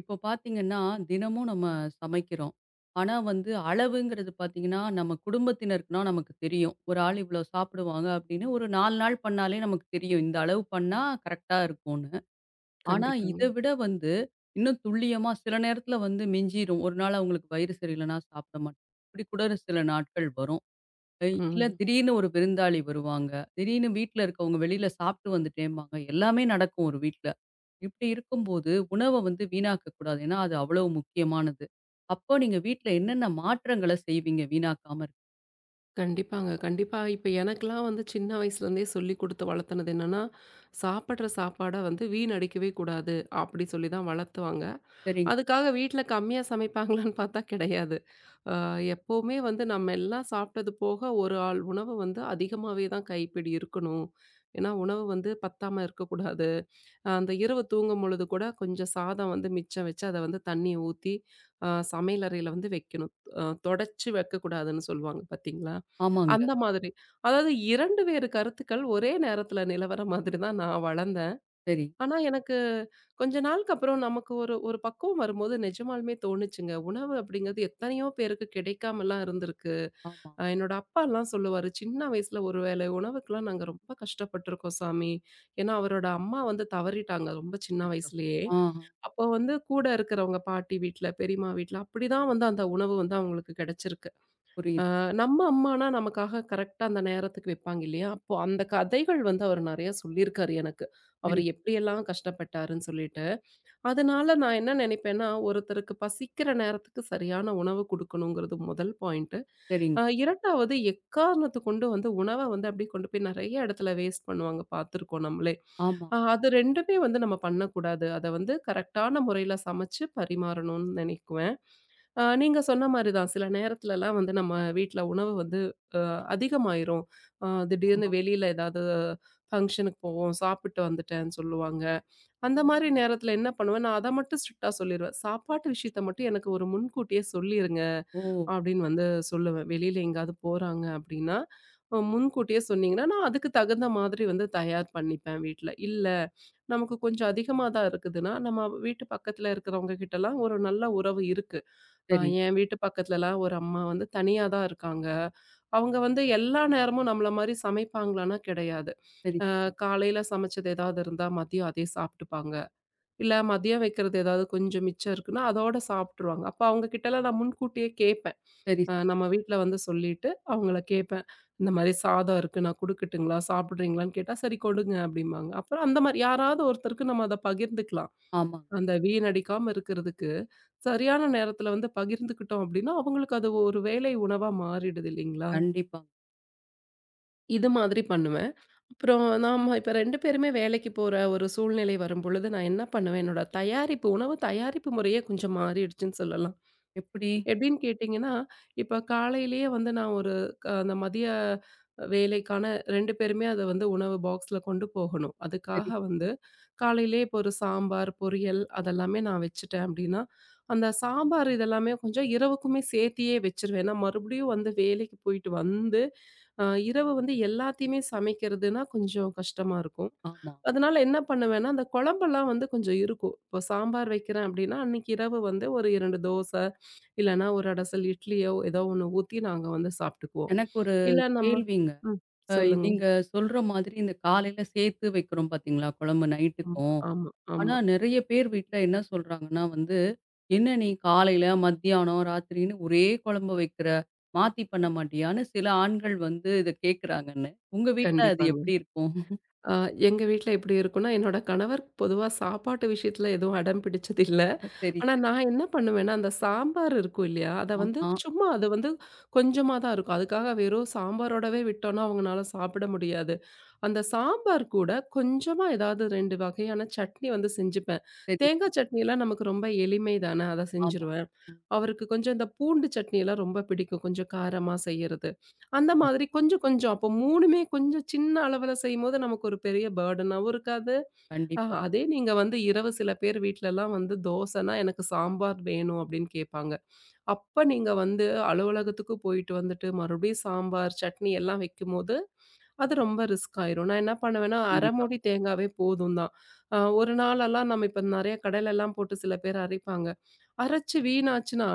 இப்போ பார்த்தீங்கன்னா, தினமும் நம்ம சமைக்கிறோம். ஆனா வந்து அளவுங்கிறது பார்த்தீங்கன்னா, நம்ம குடும்பத்தினருக்குனா நமக்கு தெரியும். ஒரு ஆள் இவ்வளோ சாப்பிடுவாங்க அப்படின்னு ஒரு 4 நாள் பண்ணாலே நமக்கு தெரியும். இந்த அளவு பண்ணா கரெக்ட்டா இருக்கும்னு. ஆனா இத கண்டிப்பாங்க. விட வந்து இன்னும் துல்லியமா சில நேரத்தில வந்து மிஞ்சிரும். ஒரு நாள் அவங்களுக்கு வயிறு சரியில்லனா சாப்பிட மாட்டாங்க. இப்படி கூட ஒரு சில நாட்கள் வரும். இல்ல ம். திடீர்னு ஒரு விருந்தாளி வருவாங்க. திடீர்னு வீட்ல இருக்கவங்க வெளியில சாப்பிட்டு வந்துட்டேம்பாங்க. எல்லாமே நடக்கும் ஒரு வீட்ல. இப்படி இருக்கும்போது உணவ வந்து வீணாக்க கூடாது. ஏன்னா அது அவ்வளவு முக்கியமானது. அப்போ நீங்க வீட்ல என்னென்ன மாற்றங்கள செய்வீங்க வீணாக்காம இருக்க? கண்டிப்பாங்க. கண்டிப்பா. இப்ப எனக்கெல்லாம் வந்து சின்ன வயசுலேருந்தே சொல்லிக் குடுத்து வளர்த்துனது என்னன்னா, சாப்பிடுற சாப்பாட வந்து வீணடிக்கவே கூடாது, அப்படி சொல்லி தான் வளர்த்துவாங்க. சரிங்க. அதுக்காக வீட்ல கம்மியா சமைப்பாங்களான்னு பார்த்தா கிடையாது. அ எப்பவுமே வந்து நம்ம எல்லாம் சாப்பிட்டது போக ஒரு ஆள் உணவு வந்து அதிகமாவே தான் கைப்பிடி இருக்கணும். ஏன்னா உணவு வந்து பத்தாம இருக்கக்கூடாது. அந்த இரவு தூங்கும் பொழுது கூட கொஞ்சம் சாதம் வந்து மிச்சம் வச்சு அத வந்து தண்ணி ஊத்தி சமையல் அறையில வந்து வைக்கணும். அ தொடச்சு வைக்கக்கூடாதுன்னு சொல்லுவாங்க பார்த்தீங்களா? ஆமாங்க. அந்த மாதிரி. அதாவது 2 வேறு கருத்துக்கள் ஒரே நேரத்தில நிலவர மாதிரி தான் நான் வளர்ந்தேன். சரி. ஆனா, எனக்கு கொஞ்ச நாளுக்கு அப்புறம் நமக்கு ஒரு ஒரு பக்குவம் வரும்போது நிஜமாலுமே தோணுச்சுங்க. உணவு அப்படிங்கிறது எத்தனையோ பேருக்கு கிடைக்காமலாம் இருந்திருக்கு. ஆமா. என்னோட அப்பாலாம் சொல்லுவாரு, "சின்ன வயசுல ஒரு வேளை உணவுக்குலாம் நாங்க ரொம்ப கஷ்டப்பட்டுருக்கோம் சாமி." ஏன்னா, அவரோட அம்மா வந்து தவறிட்டாங்க ரொம்ப சின்ன அச்சச்சோ! வயசுலயே. ஆஹா. அப்போ வந்து கூட இருக்கிறவங்க பாட்டி வீட்ல, பெரியம்மா வீட்ல அப்படிதான் வந்து அந்த உணவு வந்து அவங்களுக்கு கிடைச்சிருக்கு. அ புரியுது. நம்ம அம்மானா நமக்காக கரெக்ட்டா அந்த நேரத்துக்கு வைப்பாங்க இல்லையா? அப்போ அந்த கதைகள் வந்து அவர் நெறைய சொல்லியிருக்காரு எனக்கு. சரி, அவரு எப்படியெல்லாம் கஷ்டப்பட்டாருன்னு சொல்லிட்டு. அதனால நான் என்ன நினைப்பேன்னா, ஒருத்தருக்கு பசிக்கிற நேரத்துக்கு சரியான உணவு குடுக்கணுங்கிறது முதல் பாயிண்ட்டு. சரிங்க. 2வது எக்காரணத்த கொண்டு வந்து உணவ வந்து அப்படியே கொண்டு போய் நெறைய இடத்துல வேஸ்ட் பண்ணுவாங்க பார்த்துருக்கோம் நம்மளே. ஆமா, அது 2மே வந்து நம்ம பண்ணக்கூடாது. அத வந்து கரெக்ட்டான முறையில சமைச்சு பரிமாறணும்னு நெனைக்குவேன். நீங்க சொன்ன மாரி தான் சில நேரத்துலலாம் வந்து நம்ம வீட்ல உணவு வந்து அ அதிகமாயிரும். திடீர்னு ஆமா. வெளியில ஏதாவது ஃபங்ஷனுக்கு போவோம், சாப்பிட்டு வந்துட்டேன்னு சொல்லுவாங்க. அந்த மாரி நேரத்துல என்ன பண்ணுவேன், நான் அத மட்டும் ஸ்ட்ரிக்ட்டா சொல்லிருவேன். சாப்பாட்டு விஷயத்த மட்டும் எனக்கு ஒரு முன்கூட்டியே சொல்லிருங்க. ஓ! அப்படின்னு வந்து சொல்லுவேன். வெளியில எங்கேயாவது போறாங்க அப்படின்னா, முன்கூட்டியே சொன்னீங்கன்னா, நான் அதுக்கு தகுந்த மாதிரி வந்து தயார் பண்ணிப்பேன் வீட்ல. இல்ல நமக்கு கொஞ்சம் அதிகமா தான் இருக்குதுன்னா, நம்ம வீட்டு பக்கத்துல இருக்கிறவங்க கிட்டலாம் ஒரு நல்ல உறவு இருக்கு. அ சரி, என் வீட்டு பக்கத்துலலாம் ஒரு அம்மா வந்து தனியா தான் இருக்காங்க. அவங்க வந்து எல்லா நேரமும் நம்மள மாரி சமைப்பாங்களான்னா கிடையாது. சரி, சரி, காலையில சமைச்சது ஏதாவது இருந்தா மதியம் அதே சாப்பிட்டுப்பாங்க. இல்ல மதியம் வைக்கிறது ஏதாவது கொஞ்சம் மிச்சம் இருக்குன்னா, அதோட சாப்பிட்டுருவாங்க. அப்ப அவங்க கிட்டலாம் நான் முன்கூட்டியே கேட்பேன். சரி, சரி. நம்ம வீட்ல வந்து சொல்லிட்டு, அவங்கள கேட்பேன். இந்த மாரி சாதம் இருக்கு, நான் குடுக்கட்டுங்களா? சாப்பிடுறீங்களான்னு கேட்டா, "சரி கொடுங்க" அப்படிம்பாங்க. அப்புறம் அந்த மாரி யாராவது ஒருத்தருக்கு நம்ம அத பகிர்ந்துக்கலாம். ஆமாங்க. அந்த வீணடிக்காம இருக்கிறதுக்கு, சரியான நேரத்துல வந்து பகிர்ந்துக்கிட்டோம் அப்படின்னா, அவங்களுக்கு அது ஒரு வேலை உணவா மாறிடுது இல்லைங்களா? கண்டிப்பாங்க. இது மாதிரி பண்ணுவேன். அப்புறம் நாம இப்ப 2 பேருமே வேலைக்கு போற ஒரு சூழ்நிலை வரும்பொழுது, நான் என்ன பண்ணுவேன், என்னோட தயாரிப்பு உணவு தயாரிப்பு முறையே கொஞ்சம் மாறிடுச்சுன்னு சொல்லலாம். எப்படி? எப்படின்னு கேட்டிங்கன்னா, இப்ப காலையிலேயே வந்து நான் ஒரு அந்த மதிய வேலைக்கான 2 பேருமே அத வந்து உணவு பாக்ஸ்ல கொண்டு போகணும். அதுக்காக சரி. வந்து காலையிலேயே இப்போ ஒரு சாம்பார், பொரியல் அதெல்லாமே நான் வச்சுட்டேன் அப்படின்னா, அந்த சாம்பார் இதெல்லாமே கொஞ்சம் இரவுக்குமே சேர்த்தியே வச்சுருவேன். ஏன்னா மறுபடியும் வந்து வேலைக்கு போயிட்டு வந்து, அ இரவு வந்து எல்லாத்தையுமே சமைக்கிறதுனா கொஞ்சம் கஷ்டமா இருக்கும். ஆமா. அதனால என்ன பண்ணுவேன்னா, அந்த குழம்பெல்லாம் வந்து கொஞ்சம் இருக்கும். இப்போ சாம்பார் வைக்கிறேன் அப்படின்னா, அன்னைக்கு இரவு வந்து ஒரு 2 தோசை, இல்லன்னா, ஒரு அடசல் இட்லியோ ஏதோ ஒண்ணு ஊத்தி நாங்க வந்து சாப்ட்டுக்குவோம். எனக்கு ஒரு இல்ல நம்ம கேள்விங்க. ம். அ சொல்லுங்க. நீங்க சொல்ற மாதிரி இந்த காலையில சேர்த்து வைக்கிறோம் பார்த்தீங்களா, குழம்பு ஆமா, நைட்டுக்கும். ஆமா, ஆனா ஆமா. நெறைய பேர் வீட்ல என்ன சொல்றாங்கன்னா வந்து, "என்ன நீ காலையில, மத்தியானம், ராத்திரின்னு ஒரே குழம்பு வைக்கிற, மாத்தி பண்ண மாட்டியான்னு?" சில ஆண்கள் வந்து இத கேட்குறாங்கன்னு. உங்க வீட்ல அது கண்டிப்பாங்க. எப்படி இருக்கும்? அ எங்க வீட்ல எப்டி இருக்கும்னா, என்னோட கணவர் பொதுவா சாப்பாட்டு விஷயத்துல எதுவும் அடம் பிடிச்சது இல்ல. சரி, ஆனா சரி. நான் என்ன பண்ணுவேன்னா, அந்த சாம்பார் இருக்கும் இல்லையா? அத வந்து ஆமா. சும்மா அது வந்து கொஞ்சமா தான் இருக்கும். அதுக்காக வெறும் சாம்பாரோடவே விட்டோம்னா, அவங்கனால சாப்பிட முடியாது. அந்த சாம்பார் கூட கொஞ்சமா ஏதாவது 2 வகையான சட்னி வந்து செஞ்சுப்பேன். சரி, சரி. தேங்காய் சட்னிலாம் நமக்கு ரொம்ப எளிமை தானே, அத ஆமா. செஞ்சுருவேன். ம். அவருக்கு கொஞ்சம் இந்த பூண்டு சட்னிலாம் ரொம்ப பிடிக்கும். கொஞ்சம் காரமா செய்யறது. அந்த சரிங்க. மாதிரி கொஞ்சம் கொஞ்சம் அப்போ 3மே கொஞ்சம் சின்ன அளவுல செய்யும்போது நமக்கு ஒரு பெரிய பர்டனாவும் இருக்காது. கண்டிப்பா, அதே நீங்க வந்து இரவு சில பேர் வீட்லலாம் வந்து தோசைன்னா எனக்கு சாம்பார் வேணும் அப்படின்னு கேட்பாங்க. அப்ப நீங்க வந்து அலுவலகத்துக்கு போயிட்டு வந்துட்டு மறுபடியும் சாம்பார், சட்னி எல்லாம் வைக்கும்போது அது ரொம்ப ரிஸ்க் ஆயிரும். நான் என்ன பண்ணுவேன்னா, 1/2 கண்டிப்பா. மூடி தேங்காவே போதும் தான். ஒரு நாளெல்லாம் நம்ம இப்ப நெறைய கடையிலலாம் போட்டு சில பேர் அரைப்பாங்க. அரைச்சு வீணாச்சுன்னா,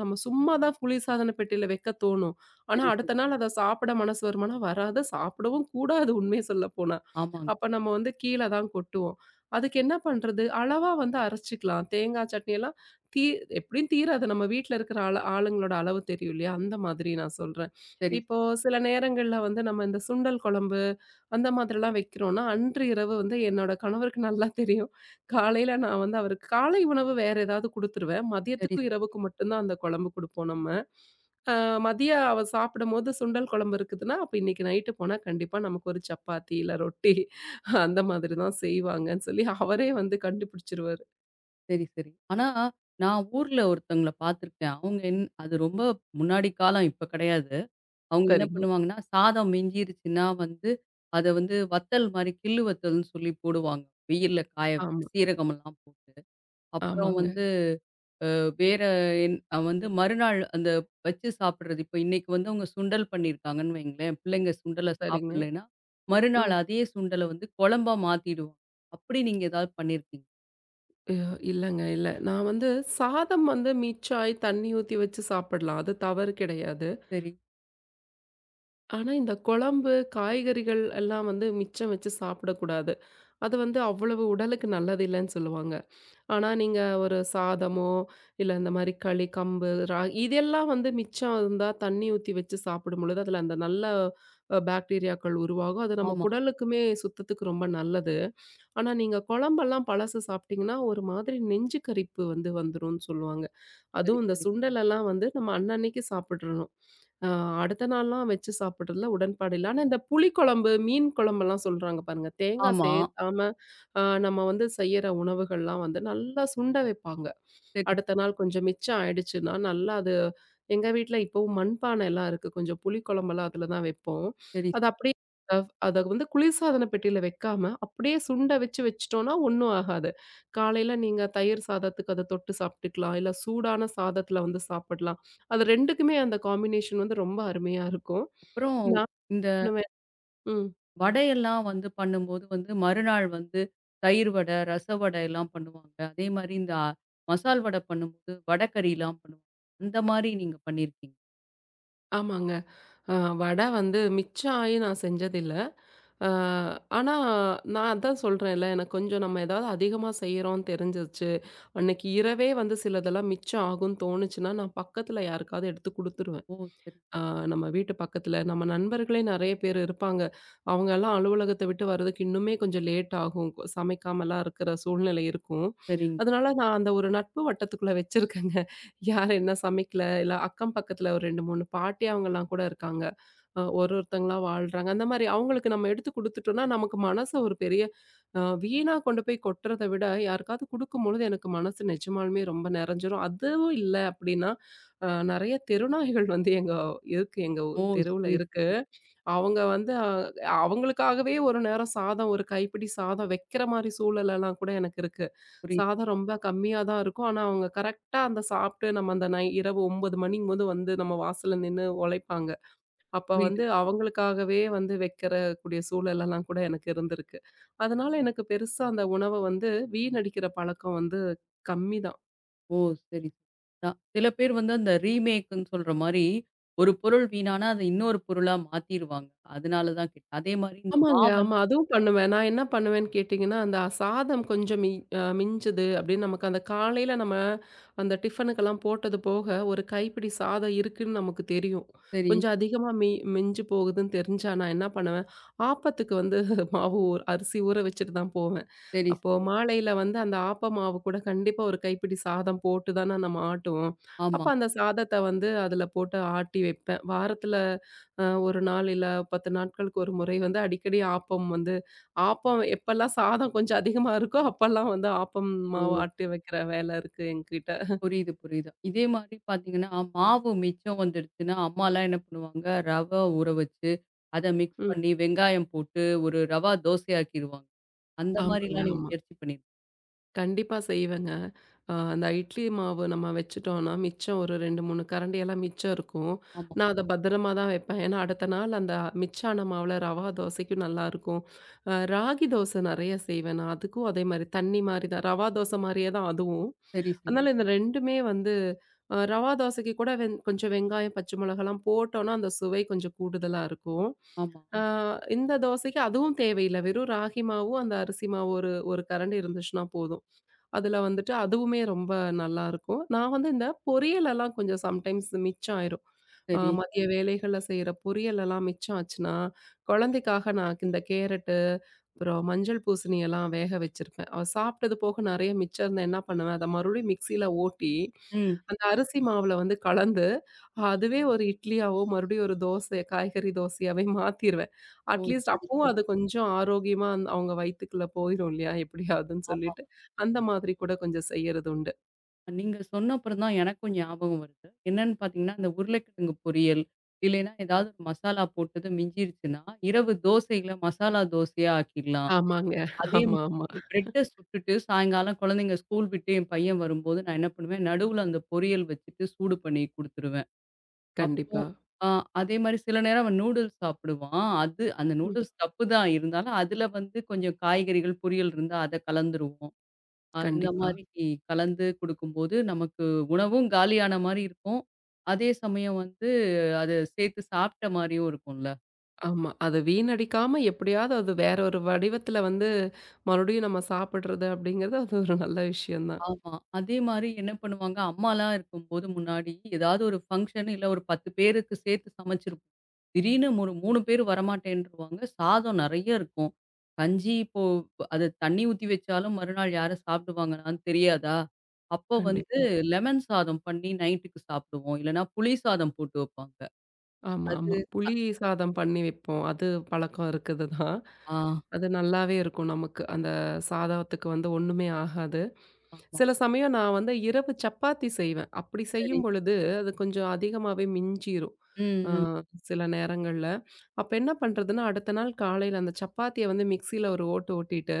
நம்ம சும்மா தான் குளிர்சாதன பெட்டியில வைக்க தோணும். ஆனா, சரி, சரி. அடுத்த நாள் அத சாப்பிட மனசு வருமானா? வராது. சாப்பிடவும் கூடாது உண்மைய சொல்லப்போனா. ஆமாங்க. அப்ப நம்ம வந்து கீழ தான் கொட்டுவோம். அதுக்கு என்ன பண்றது? அளவா வந்து அரைச்சுக்கலாம். தேங்காய் சட்னியெல்லாம் தீ எப்படியும் தீராது. நம்ம வீட்ல இருக்கிற ஆளு ஆளுங்களோட அளவு தெரியும் இல்லையா? அந்த மாதிரி நான் சொல்றேன். சரி, இப்போ சில நேரங்கள்ல வந்து நம்ம இந்த சுண்டல் குழம்பு, அந்த மாதிரிலாம் வைக்கிறோம்னா, அன்று இரவு வந்து என்னோட கணவருக்கு நல்லா தெரியும். காலையில நான் வந்து அவருக்கு காலை உணவு வேற ஏதாவது குடுத்துருவேன். சரி, மதியத்துக்கும், சரி. இரவுக்கும் மட்டும் தான் அந்த குழம்பு குடுப்போம் நம்ம. அ மதியம் அவ சாப்பிடும்போது சுண்டல் குழம்பு இருக்குதுன்னா, அப்ப இன்னைக்கு நைட்டு போனா கண்டிப்பா நமக்கு ஒரு சப்பாத்தி, இல்ல ரொட்டி அந்த மாதிரி தான் செய்வாங்கன்னு சொல்லி அவரே வந்து கண்டுபிடிச்சிருவாரு. சரி, சரி. ஆனா, நான் ஊர்ல ஒருத்தவங்கள பார்த்துருக்கேன். அவங்க என் அது ரொம்ப முன்னாடி காலம், இப்ப கிடையாது. அவங்க என்ன சரிங்க. பண்ணுவாங்கன்னா, சாதம் மிஞ்சிருச்சுன்னா வந்து, அத வந்து வத்தல் மாரி, கிள்ளு வத்தல்ன்னு சொல்லி போடுவாங்க. வெயில்ல காய வச்சு, ஆமா. சீரகமெல்லாம் போட்டு. அப்புறம் ஆமாங்க. வந்து வேற என் வந்து மறுநாள் அந்த வச்சு சாப்பிடுறது. இப்ப இன்னைக்கு வந்து அவங்க சுண்டல் பண்ணியிருக்காங்கன்னு வைங்களேன், பிள்ளைங்க சுண்டல சரிங்க. சாப்பிடலைன்னா, ம். மறுநாள் அதே சுண்டல வந்து குழம்பா மாத்திடுவாங்க. அப்படி நீங்க ஏதாவது பண்ணியிருக்கீங்க? ய இல்லங்க, இல்ல. நான் வந்து சாதம் வந்து மிச்சாயி தண்ணி ஊத்தி வச்சு சாப்பிடலாம். அது தவறு கிடையாது. சரி. ஆனா இந்த குழம்பு, காய்கறிகள் எல்லாம் வந்து மிச்சம் வச்சு சாப்பிடக்கூடாது. அது வந்து அவ்வளவு உடலுக்கு நல்லது இல்லைன்னு சொல்லுவாங்க. ஆனா, நீங்க ஒரு சாதமோ, இல்ல இந்த மாரி களி, கம்பு, இதெல்லாம் வந்து மிச்சம் இருந்தா தண்ணி ஊத்தி வச்சு சாப்பிடும் பொழுது, அதில அந்த நல்ல பாக்டீரியாக்கள் உருவாகும். அது நம்ம ஆமா. குடலுக்குமே சுத்தத்துக்கு ரொம்ப நல்லது. ஆனா, நீங்க குழம்பெல்லாம் பழசு சாப்பிட்டீங்கன்னா, ஒரு மாதிரி நெஞ்சு கரிப்பு வந்து வந்துரும்னு சொல்லுவாங்க. சரி, அதுவும் இந்த சரி. சுண்டலெல்லாம் வந்து நம்ம அன்னன்னைக்கு சாப்பிட்றணும். அ அடுத்த நாள்லாம் வச்சு சாப்பிடுறதுல உடன்பாடு இல்ல. ஆனா இந்த புளிக்குழம்பு, மீன் குழம்பெல்லாம் சொல்றாங்க பாருங்க. தேங்கா ஆமா. சேர்த்தாம நம்ம வந்து செய்யற உணவுகள்லாம் வந்து நல்லா சுண்ட வைப்பாங்க. சரி, அடுத்த நாள் கொஞ்சம் மிச்சம் ஆயிடுச்சுன்னா, நல்லா அது எங்க வீட்ல இப்பவும் மண்பானைலாம் இருக்கு. கொஞ்சம் புளிக்குழம்பெல்லாம் அதுல தான் வைப்போம். சரி. அது அப்படியே அத வந்து குளிர்சாதன பெட்டியில வைக்காம, அப்படியே சுண்ட வச்சு வச்சுட்டோம்னா ஒண்ணும் ஆகாது. காலையில நீங்க தயிர் சாதத்துக்கு அத தொட்டு சாப்பிட்டுக்கலாம். இல்ல சூடான சாதத்துல வந்து சாப்பிடலாம். அது 2க்குமே அந்த காம்பினேஷன் வந்து ரொம்ப அருமையா இருக்கும். அப்புறம் நான் இந்த பண்ணுவேன் ம். வடையெல்லாம் வந்து பண்ணும்போது வந்து மறுநாள் வந்து தயிர் வடை, ரச வடை எல்லாம் பண்ணுவாங்க. அதே மாரி இந்த மசால் வடை பண்ணும்போது வடைக்கறிலாம் பண்ணுவாங்க. அந்த மாரி நீங்க பண்ணியிருக்கீங்க. ஆமாங்க. அ வடை வந்து மிச்சம் ஆயி நான் செஞ்சதில்ல. அ ஆனா நான் அதான் சொல்றேன்ல, எனக்கு கொஞ்சம் நம்ம ஏதாவது அதிகமா செய்றோம்ன்னு தெரிஞ்சிருச்சு. அன்னைக்கு இரவே வந்து சிலதெல்லாம் மிச்சம் ஆகும்ன்னு தோணுச்சுன்னா, நான் பக்கத்துல யாருக்காவது எடுத்து குடுத்துருவேன். ஓ! சரி, ஆ நம்ம வீட்டு பக்கத்துல, நம்ம நண்பர்களே நெறைய பேர் இருப்பாங்க. அவங்கலாம் அலுவலகத்த விட்டு வர்றதுக்கு இன்னுமே கொஞ்சம் லேட் ஆகும். சமைக்காமலாம் இருக்கிற சூழ்நிலை இருக்கும். சரிங்க. அதனால நான் அந்த ஒரு நட்பு வட்டத்துக்குள்ள வச்சிருக்கேங்க. யார் என்ன சமைக்கல, இல்ல அக்கம் பக்கத்துல ஒரு 2, 3 பாட்டி அவங்கலாம் கூட இருக்காங்க. ஒருத்தங்களா வாழ்றாங்க. அந்த மாரி அவங்களுக்கு நம்ம எடுத்து குடுத்துட்டோம்னா, நமக்கு மனச ஒரு பெரிய வீணா கொண்டு போய் கொட்டுறத விட, யாருக்காவது குடுக்கும்பொழுது எனக்கு மனசு நிஜமாலுமே ரொம்ப நெறஞ்சிரும். அதுவும் இல்ல அப்படின்னா, நெறைய தெருநாய்கள் வந்து எங்க ஓ! தெருவுல சரி, இருக்கு. சரி. அவங்க வந்து அவங்களுக்காகவே ஒரு நேரம் சாதம் ஒரு கைப்பிடி சாதம் வைக்கிற மாரி சூழலெல்லாம் கூட எனக்கு இருக்கு. புரியுது, சாதம் ரொம்ப கம்மியா தான் இருக்கும். ஆனா அவங்க கரெக்ட்டா அந்த சாப்ட்டு நம்ம அந்த இரவு 9 மணிங்கும்போது வந்து நம்ம வாசல்ல நின்னு ஒழைப்பாங்க. அப்ப புரியுது. வந்து புரியுது. அவங்களுக்காகவே வந்து வைக்கிறக்கூடிய சூழலெல்லாம் கூட எனக்கு இருந்திருக்கு. அதனால எனக்கு பெருசா அந்த உணவ வந்து வீணடிக்கிற பழக்கம் வந்து கம்மிதான். ஓ! சரி. சரி. தான் சில பேர் வந்து அந்த ரீமேக்குன்னு சொல்ற மாரி ஒரு பொருள் வீணானா அத இன்னொரு பொருளா மாத்திருவாங்க. அதனால தான் கேட்டேன். அதே மாரி இந்த ஆமாங்க. மாவல் ஆமா. அதுவும் பண்ணுவேன். நான் என்ன பண்ணுவேன்னு கேட்டீங்கன்னா, அந்த சாதம் கொஞ்சம் மி அ மிஞ்சுது அப்படின்னு நமக்கு அந்த காலையில நம்ம அந்த டிஃபனுக்கெல்லாம் போட்டது போக, ஒரு கைப்பிடி சாதம் இருக்குன்னு நமக்கு தெரியும். சரி, கொஞ்சம் அதிகமா மிஞ்சு போகுதுன்னு தெரிஞ்சா நான் என்ன பண்ணுவேன், ஆப்பத்துக்கு வந்து மாவு அரிசி ஊற வச்சுட்டு தான் போவேன். சரி, அப்போ சரி. மாலையில வந்து அந்த ஆப்ப மாவு கூட கண்டிப்பா ஒரு கைப்பிடி சாதம் போட்டு தானே நம்ம ஆட்டுவோம். ஆமா. அப்ப அந்த சாதத்த வந்து அதுல போட்டு ஆட்டி வைப்பேன். வாரத்துல 1 நாள் இல்ல 10 நாட்களுக்கு ஒரு முறை வந்து அடிக்கடி ஆப்பம் வந்து ஆப்பம் எப்பலாம் சாதம் கொஞ்சம் அதிகமா இருக்கோ, அப்பலாம் வந்து ஆப்பம் ஓ! மாவு ஆட்டி வைக்கிற வேலை இருக்கு என்கிட்ட. புரியுது, புரியுது. இதே மாரி பார்த்தீங்கன்னா, மாவு மிச்சம் வந்துடுச்சுன்னா, அம்மாலாம் என்ன பண்ணுவாங்க, ஊற வச்சு, அத மிக்ஸ் ம். பண்ணி வெங்காயம் போட்டு ஒரு ரவா தோசையாக்கிருவாங்க. அந்த ஆமாங்க, மாரிலாம் நீங்க ஆமா. முயற்சி பண்ணி கண்டிப்பா செய்வேங்க. அந்த இட்லி மாவு நம்ம வச்சுட்டோம்னா, மிச்சம் ஒரு 2, 3 கரண்டியெல்லாம் மிச்சம் இருக்கும். ஆமா. நான் அத பத்திரமா தான் வைப்பேன். ஏன்னா, அடுத்த நாள் அந்த மிச்சான மாவுல ரவா தோசைக்கும் நல்லாயிருக்கும். ராகி தோசை நெறைய செய்வேன் நான். அதுக்கும் அதே மாரி தண்ணி மாரி தான். ரவா தோசை மாரியே தான் அதுவும். சரி, சரி. அதனால இந்த 2மே வந்து ரவா தோசைக்கு கூட கொஞ்சம் வெங்காயம், பச்சை மிளகாலாம் போட்டோம்னா, அந்த சுவை கொஞ்சம் கூடுதலா இருக்கும். ஆமா. அ ம். இந்த தோசைக்கு அதுவும் தேவையில்ல. வெறும் ராகி மாவும், அந்த அரிசி மாவு ஒரு 1 கரண்டி இருந்துச்சுன்னா போதும். அதுல வந்துட்டு அதுவுமே ரொம்ப நல்லாருக்கும். நான் வந்து இந்த பொரியலெல்லாம் கொஞ்சம் சம்டைம்ஸ் மிச்சம் ஆயிரும். சரி. மதிய வேலைகள்ல செய்ற பொரியலெல்லாம் மிச்சம் ஆச்சுன்னா, குழந்தைக்காக நான் இந்த கேரட்டு, அப்புறம் மஞ்சள் பூசணி எல்லாம் வேக வச்சிருப்பேன். அவ சாப்பிட்டது போக நெறைய மிச்சம் இருந்தா என்ன பண்ணுவேன், அத மறுபடியும் மிக்ஸியில ஓட்டி, ம். அந்த அரிசி மாவுல வந்து கலந்து, அதுவே ஒரு இட்லியாவோ, மறுபடியும் ஒரு தோசை காய்கறி தோசையாவே மாத்திருவேன். ஓ! அட்லீஸ்ட் சரி, அப்பவும் சரி. அது கொஞ்சம் ஆரோக்கியமா அவங்க வயித்துக்குள்ள போயிரும் இல்லையா? எப்படியாதுன்னு ஆமா. சொல்லிட்டு, அந்த மாதிரி கூட கொஞ்சம் செய்யறது உண்டு. நீங்க சொன்ன அப்புறம் தான் எனக்கும் ஞாபகம் வருது. என்னன்னு பார்த்தீங்கன்னா, இந்த உருளைக்கிழங்கு பொரியல், இல்லைன்னா ஏதாவது ஒரு மசாலா போட்டது மிஞ்சிருச்சுன்னா, இரவு தோசையில மசாலா தோசையா ஆக்கிடலாம். ஆமாங்க. அதே மாதிரி ஆமா, ஆமா. பிரெட்ட சுட்டுட்டு சாயங்காலம் குழந்தைங்க ஸ்கூல் விட்டு என் பையன் வரும்போது, நான் என்ன பண்ணுவேன், நடுவுல அந்த பொரியல் வச்சுட்டு சூடு பண்ணி குடுத்துருவேன். அப்போ கண்டிப்பா. அ அதே மாரி சில நேரம் அவன் நூடுல்ஸ் சாப்பிடுவான். அது அந்த ம். நூடுல்ஸ் தப்பு தான் இருந்தாலும், அதுல வந்து கொஞ்சம் காய்கறிகள், பொரியல் இருந்தா அத கலந்துருவோம். அந்த கண்டிப்பா. மாரி கலந்து குடுக்கும்போது, நமக்கு உணவும் காலியான மாரி இருக்கும். அதே சமயம் வந்து அத சேர்த்து சாப்பிட்ட மாரியும் இருக்கும்ல. ஆமா. அத வீணடிக்காம எப்படியாவது அது வேற ஒரு வடிவத்துல வந்து மறுபடியும் நம்ம சாப்பிடுறது அப்படிங்கிறது, அது ஒரு நல்ல விஷயம் தான். ஆமா. அதே மாரி என்ன பண்ணுவாங்க, அம்மாலாம் இருக்கும்போது முன்னாடி ஏதாவது ஒரு ஃபங்ஷன் இல்ல ஒரு 10 பேருக்கு சேர்த்து சமைச்சிருப்போம். திடீர்னு ஒரு 3 பேர் வரமாட்டேன்ருவாங்க. சாதம் நெறைய இருக்கும். கஞ்சி இப்போ அது தண்ணி ஊத்தி வச்சாலும் மறுநாள் யாரும் சாப்பிடுவாங்களான்னு தெரியாதா? அப்போ வந்து கண்டிப்பா. லெமன் சாதம் பண்ணி நைட்டுக்கு சாப்பிடுவோம். இல்லன்னா புளி சாதம் போட்டு வைப்பாங்க. ஆமா, அது ஆமா. புளி சாதம் பண்ணி வைப்போம். அது பழக்கம் இருக்குது தான். ஆ அது நல்லாவே இருக்கும் நமக்கு. அந்த சாதத்துக்கு வந்து ஒண்ணுமே ஆகாது. ஆமா. சில சமயம் நான் வந்து இரவு சப்பாத்தி செய்வேன். அப்படி சரி. செய்யும் பொழுது அது கொஞ்சம் அதிகமாவே மிஞ்சிரும். ம், ஆ ம். சில நேரங்கள்ல. அப்ப என்ன பண்றதுன்னா, அடுத்த நாள் காலையில அந்த சப்பாத்திய வந்து மிக்ஸியில ஒரு ஓட்டு ஓட்டிட்டு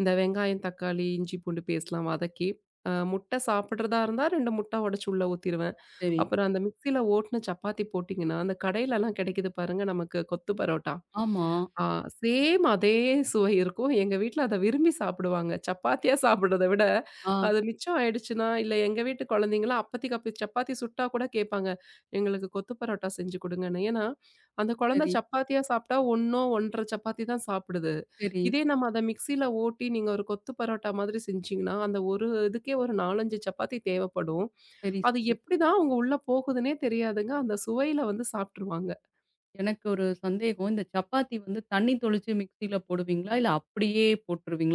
இந்த வெங்காயம், தக்காளி, இஞ்சி, பூண்டு பேஸ்ட்லாம் வதக்கி, முட்டை சாப்பிடுறதா இருந்தா 2 முட்டை உடைச்சு உள்ள ஊத்திருவேன். சரி. அப்புறம் அந்த மிக்ஸியில ஓட்டுன சப்பாத்தி போட்டீங்கன்னா, அந்த கடையிலலாம் கிடைக்குது பாருங்க நமக்கு கொத்து பரோட்டா. ஆமா. ஆ சேம் அதே சுவை இருக்கும். எங்க வீட்ல அத விரும்பி சாப்பிடுவாங்க. சப்பாத்தியா சாப்பிடுறத விட, ஆ அது மிச்சம் ஆயிடுச்சுன்னா, இல்ல எங்க வீட்டு குழந்தைங்கலாம் அப்பத்திக்கு அப்ப சப்பாத்தி சுட்டா கூட கேட்பாங்க. எங்களுக்கு கொத்து பரோட்டா செஞ்சு குடுங்கன்னு. ஏன்னா, அந்த குழந்தை சரி, சப்பாத்தியா சாப்பிட்டா 1 1/2 சப்பாத்தி தான் சாப்பிடுது. சரி, இதே நம்ம அத மிக்ஸியில ஓட்டி நீங்க ஒரு கொத்து பரோட்டா மாதிரி செஞ்சீங்கன்னா, அந்த ஒரு இதுக்கே ஒரு 4, 5 சப்பாத்தி தேவைப்படும். சரி, அது சரி. எப்படிதான் அவங்க உள்ள போகுதுன்னே தெரியாதுங்க. அந்த சுவையில வந்து சாப்ட்டுருவாங்க. எனக்கு ஒரு சந்தேகம். இந்த சப்பாத்தி வந்து தண்ணி தொளிச்சு மிக்ஸில போடுவீங்களா? இல்ல அப்படியே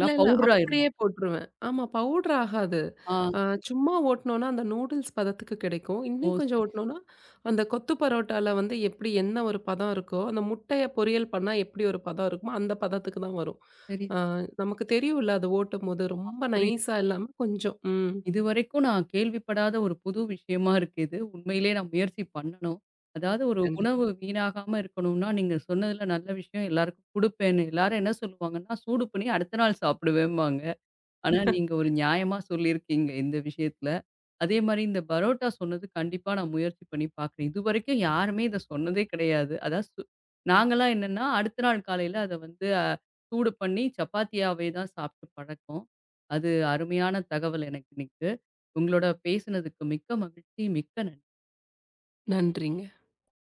இல்ல, இல்ல பவுடர் அப்படியே ஆயிருமா? போட்டுருவேன். ஆமா பவுடர் ஆகாது. ஆ. அ சும்மா ஓட்டுனோம்னா அந்த நூடுல்ஸ் பதத்துக்கு கிடைக்கும். ஓ! இன்னும் கொஞ்சம் சரி, ஓட்டுனோம்னா, அந்த கொத்து பரோட்டால வந்து எப்படி என்ன ஒரு பதம் இருக்கோ, அந்த முட்டைய பொரியல் பண்ணா எப்படி ஒரு பதம் இருக்குமோ, அந்த பதத்துக்கு தான் வரும். சரி. அ நமக்கு தெரியும்ல அது ஓட்டும்போது ரொம்ப புரியுது. நைஸா இல்லாம கொஞ்சம். ம். இதுவரைக்கும் நான் கேள்விப்படாத ஒரு புது விஷயமா இருக்கு இது. உண்மையிலேயே நான் முயற்சி பண்ணணும். அதாவது ஒரு கண்டிப்பா. உணவு வீணாகாம இருக்கணும்னா, நீங்க சொன்னதுல நல்ல விஷயம் எல்லாருக்கும் குடுப்பேன்னு. எல்லாரும் என்ன சொல்லுவாங்கன்னா, சூடு பண்ணி அடுத்த நாள் சாப்பிடுவேம்பாங்க. ஆனா, நீங்க ஒரு நியாயமா சொல்லியிருக்கீங்க இந்த விஷயத்துல. அதே மாரி இந்த பரோட்டா சொன்னது கண்டிப்பா நான் முயற்சி பண்ணி பார்க்குறேன். இதுவரைக்கும் யாருமே இத சொன்னதே கிடையாது. அதான் நாங்கலாம் என்னன்னா, அடுத்த நாள் காலையில அத வந்து சூடு பண்ணி சப்பாத்தியாவே தான் சாப்ட்டு பழக்கம். அது அருமையான தகவல் எனக்கு இன்னைக்கு. உங்களோட பேசினதுக்கு மிக்க மகிழ்ச்சி. மிக்க நன்றி. நன்றிங்க.